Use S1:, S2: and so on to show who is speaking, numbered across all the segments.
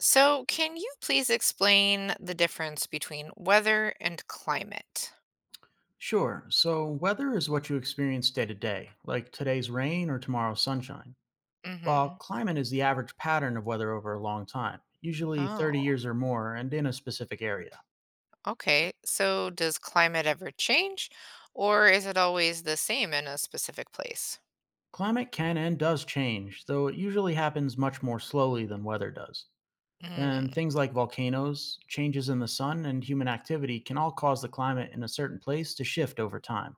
S1: So, can you please explain the difference between weather and climate?
S2: Sure. So, weather is what you experience day to day, like today's rain or tomorrow's sunshine, while
S1: Mm-hmm.
S2: climate is the average pattern of weather over a long time, usually
S1: Oh,
S2: 30 years or more, and in a specific area.
S1: okay. So, does climate ever change, or is it always the same in a specific place?
S2: Climate can and does change, though it usually happens much more slowly than weather does. And
S1: Mm,
S2: things like volcanoes, changes in the sun, and human activity can all cause the climate in a certain place to shift over time.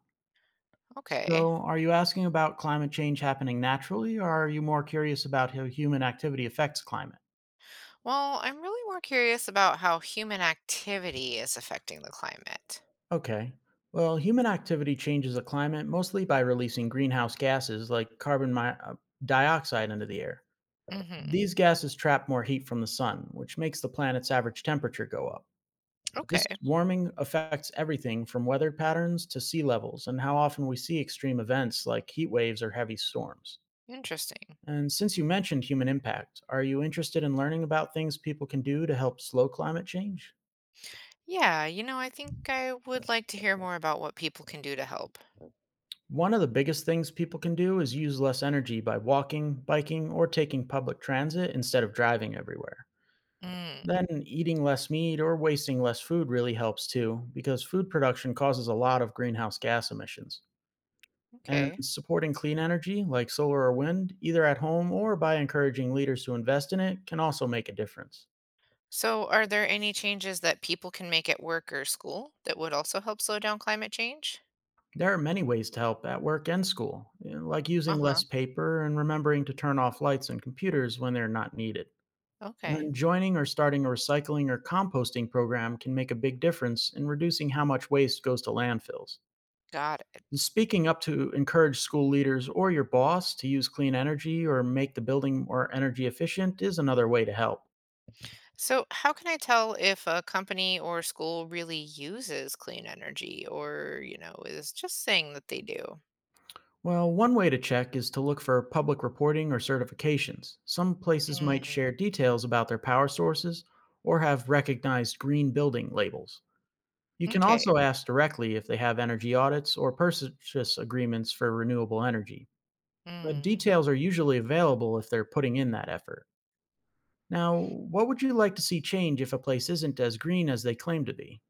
S1: okay.
S2: So, are you asking about climate change happening naturally, or are you more curious about how human activity affects climate?
S1: Well, I'm really more curious about how human activity is affecting the climate.
S2: Okay. Well, human activity changes the climate mostly by releasing greenhouse gases like carbon dioxide into the air.
S1: Mm-hmm.
S2: These gases trap more heat from the sun, which makes the planet's average temperature go up.
S1: Okay.
S2: This warming affects everything from weather patterns to sea levels and how often we see extreme events like heat waves or heavy storms.
S1: Interesting.
S2: And since you mentioned human impact, are you interested in learning about things people can do to help slow climate change?
S1: Yeah, I think I would like to hear more about what people can do to help.
S2: One of the biggest things people can do is use less energy by walking, biking, or taking public transit instead of driving everywhere.
S1: Mm,
S2: Then, eating less meat or wasting less food really helps too, because food production causes a lot of greenhouse gas emissions. And
S1: okay.
S2: supporting clean energy, like solar or wind, either at home or by encouraging leaders to invest in it, can also make a difference.
S1: So, are there any changes that people can make at work or school that would also help slow down climate change?
S2: There are many ways to help at work and school, you know, like
S1: Uh
S2: using
S1: huh.
S2: less paper and remembering to turn off lights and computers when they're not needed. And
S1: Okay.
S2: then joining or starting a recycling or composting program can make a big difference in reducing how much waste goes to landfills.
S1: Got it.
S2: And speaking up to encourage school leaders or your boss to use clean energy or make the building more energy efficient is another way to help.
S1: So, how can I tell if a company or school really uses clean energy or, is just saying that they do?
S2: Well, one way to check is to look for public reporting or certifications. Some places might
S1: Mm,
S2: share details about their power sources or have recognized green building labels. You can
S1: okay.
S2: also ask directly if they have energy audits or purchase agreements for renewable energy. But
S1: Mm.
S2: details are usually available if they're putting in that effort. Now, what would you like to see change if a place isn't as green as they claim to be?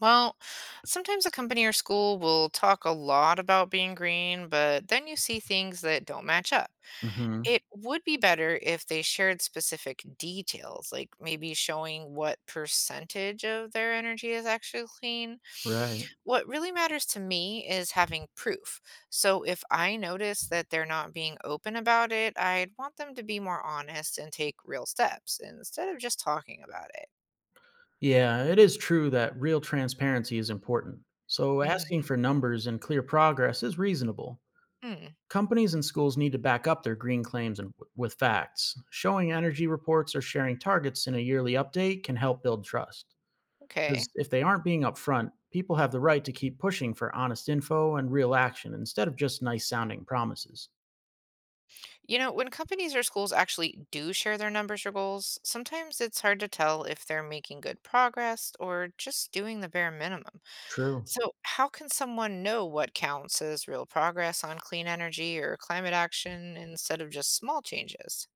S1: Well, sometimes a company or school will talk a lot about being green, but then you see things that don't match up.
S2: Hmm.
S1: It would be better if they shared specific details, like maybe showing what percentage of their energy is actually clean.
S2: Right.
S1: What really matters to me is having proof. So if I notice that they're not being open about it, I'd want them to be more honest and take real steps instead of just talking about it.
S2: Yeah, it is true that real transparency is important. So asking
S1: Hmm.
S2: for numbers and clear progress is reasonable.
S1: Hmm.
S2: Companies and schools need to back up their green claims and with facts. Showing energy reports or sharing targets in a yearly update can help build trust.
S1: Okay.
S2: Because if they aren't being upfront, people have the right to keep pushing for honest info and real action instead of just nice sounding promises.
S1: When companies or schools actually do share their numbers or goals, sometimes it's hard to tell if they're making good progress or just doing the bare minimum.
S2: True.
S1: So, how can someone know what counts as real progress on clean energy or climate action instead of just small changes?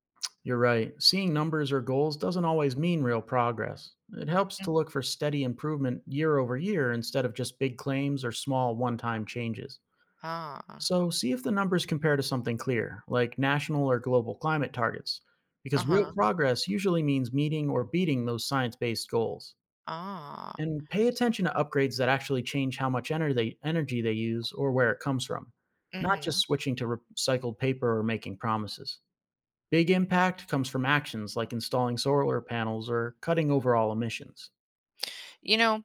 S2: You're right. Seeing numbers or goals doesn't always mean real progress. It helps
S1: Mm.
S2: to look for steady improvement year over year instead of just big claims or small one time changes.
S1: Ah,
S2: So, see if the numbers compare to something clear, like national or global climate targets,
S1: uh
S2: because real
S1: huh,
S2: progress usually means meeting or beating those science based goals.
S1: ah,
S2: And pay attention to upgrades that actually change how much energy they use or where it comes from, not just
S1: mm-hmm.
S2: switching to recycled paper or making promises. Big impact comes from actions like installing solar panels or cutting overall emissions.
S1: You know,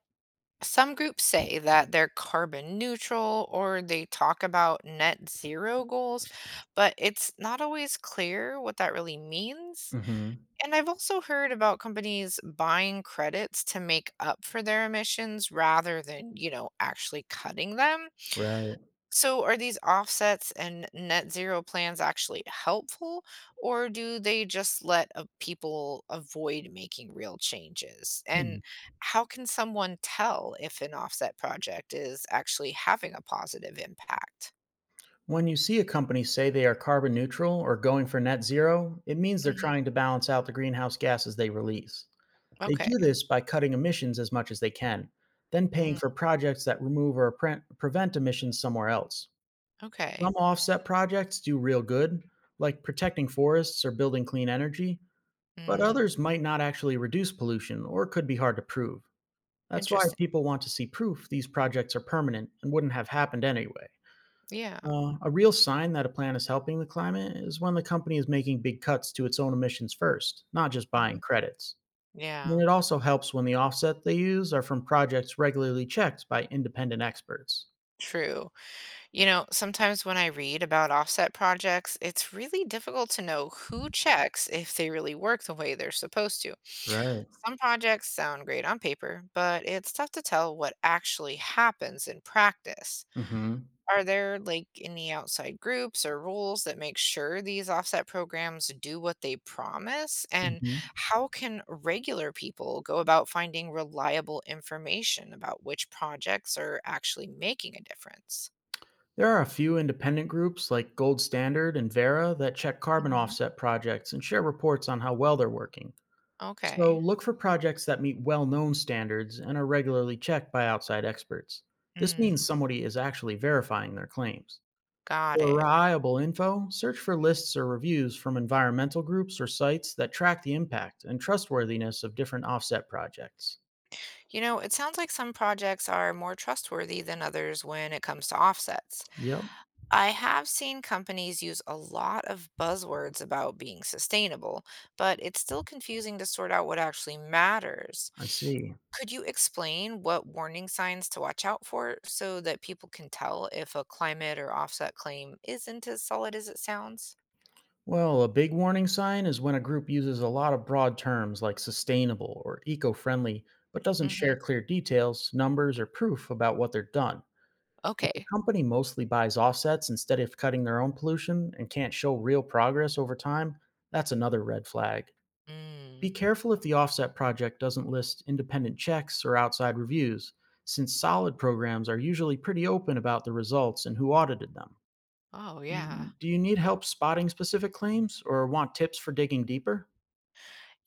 S1: some groups say that they're carbon neutral or they talk about net zero goals, but it's not always clear what that really means.
S2: Hmm.
S1: And I've also heard about companies buying credits to make up for their emissions rather than, actually cutting them.
S2: Right.
S1: So, are these offsets and net zero plans actually helpful, or do they just let people avoid making real changes? And
S2: Hmm.
S1: how can someone tell if an offset project is actually having a positive impact?
S2: When you see a company say they are carbon neutral or going for net zero, it means they're
S1: Hmm.
S2: trying to balance out the greenhouse gases they release. They
S1: Okay.
S2: do this by cutting emissions as much as they can, then paying
S1: Mm,
S2: for projects that remove or prevent emissions somewhere else.
S1: okay.
S2: Some offset projects do real good, like protecting forests or building clean energy, but
S1: Mm,
S2: others might not actually reduce pollution or could be hard to prove. That's why
S1: interesting.
S2: people want to see proof these projects are permanent and wouldn't have happened anyway.
S1: Yeah.
S2: A real sign that a plan is helping the climate is when the company is making big cuts to its own emissions first, not just buying
S1: Mhm.
S2: credits. And
S1: Yeah.
S2: it also helps when the offset they use are from projects regularly checked by independent experts.
S1: True. Sometimes when I read about offset projects, it's really difficult to know who checks if they really work the way they're supposed to.
S2: Right.
S1: Some projects sound great on paper, but it's tough to tell what actually happens in practice.
S2: Hmm.
S1: Are there like any outside groups or rules that make sure these offset programs do what they promise? And
S2: Hmm.
S1: how can regular people go about finding reliable information about which projects are actually making a difference?
S2: There are a few independent groups like Gold Standard and Vera that check carbon offset projects and share reports on how well they're working. So
S1: Okay.
S2: look for projects that meet well known standards and are regularly checked by outside experts. This means
S1: Mm,
S2: somebody is actually verifying their claims.
S1: got
S2: For
S1: it.
S2: reliable info, search for lists or reviews from environmental groups or sites that track the impact and trustworthiness of different offset projects.
S1: It sounds like some projects are more trustworthy than others when it comes to offsets.
S2: Yep.
S1: I have seen companies use a lot of buzzwords about being sustainable, but it's still confusing to sort out what actually matters.
S2: I see.
S1: Could you explain what warning signs to watch out for so that people can tell if a climate or offset claim isn't as solid as it sounds?
S2: Well, a big warning sign is when a group uses a lot of broad terms like sustainable or eco friendly, but doesn't
S1: Hmm.
S2: share clear details, numbers, or proof about what they are done. If a
S1: Okay.
S2: company mostly buys offsets instead of cutting their own pollution and can't show real progress over time, that's another red flag. Be
S1: Mm.
S2: careful if the offset project doesn't list independent checks or outside reviews, since solid programs are usually pretty open about the results and who audited them.
S1: Oh, yeah.
S2: Mm. Do you need help spotting specific claims or want tips for digging deeper?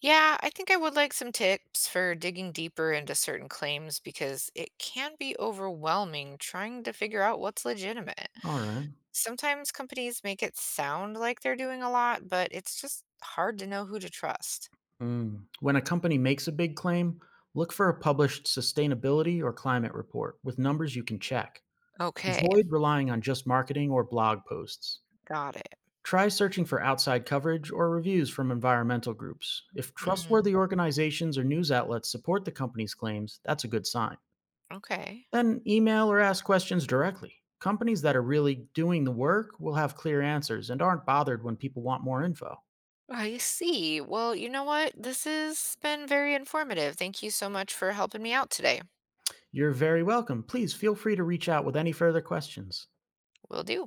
S1: Yeah, I think I would like some tips for digging deeper into certain claims because it can be overwhelming trying to figure out what's legitimate.
S2: All right.
S1: Sometimes companies make it sound like they're doing a lot, but it's just hard to know who to trust.
S2: Mm. When a company makes a big claim, look for a published sustainability or climate report with numbers you can check.
S1: Okay,
S2: Avoid relying on just marketing or blog posts.
S1: got it.
S2: Try searching for outside coverage or reviews from environmental groups. If
S1: Mm,
S2: trustworthy organizations or news outlets support the company's claims, that's a good sign.
S1: okay.
S2: Then email or ask questions directly. Companies that are really doing the work will have clear answers and aren't bothered when people want more info.
S1: I see. Well, you know what? This has been very informative. Thank you so much for helping me out today.
S2: You're very welcome. Please feel free to reach out with any further questions.
S1: Will do.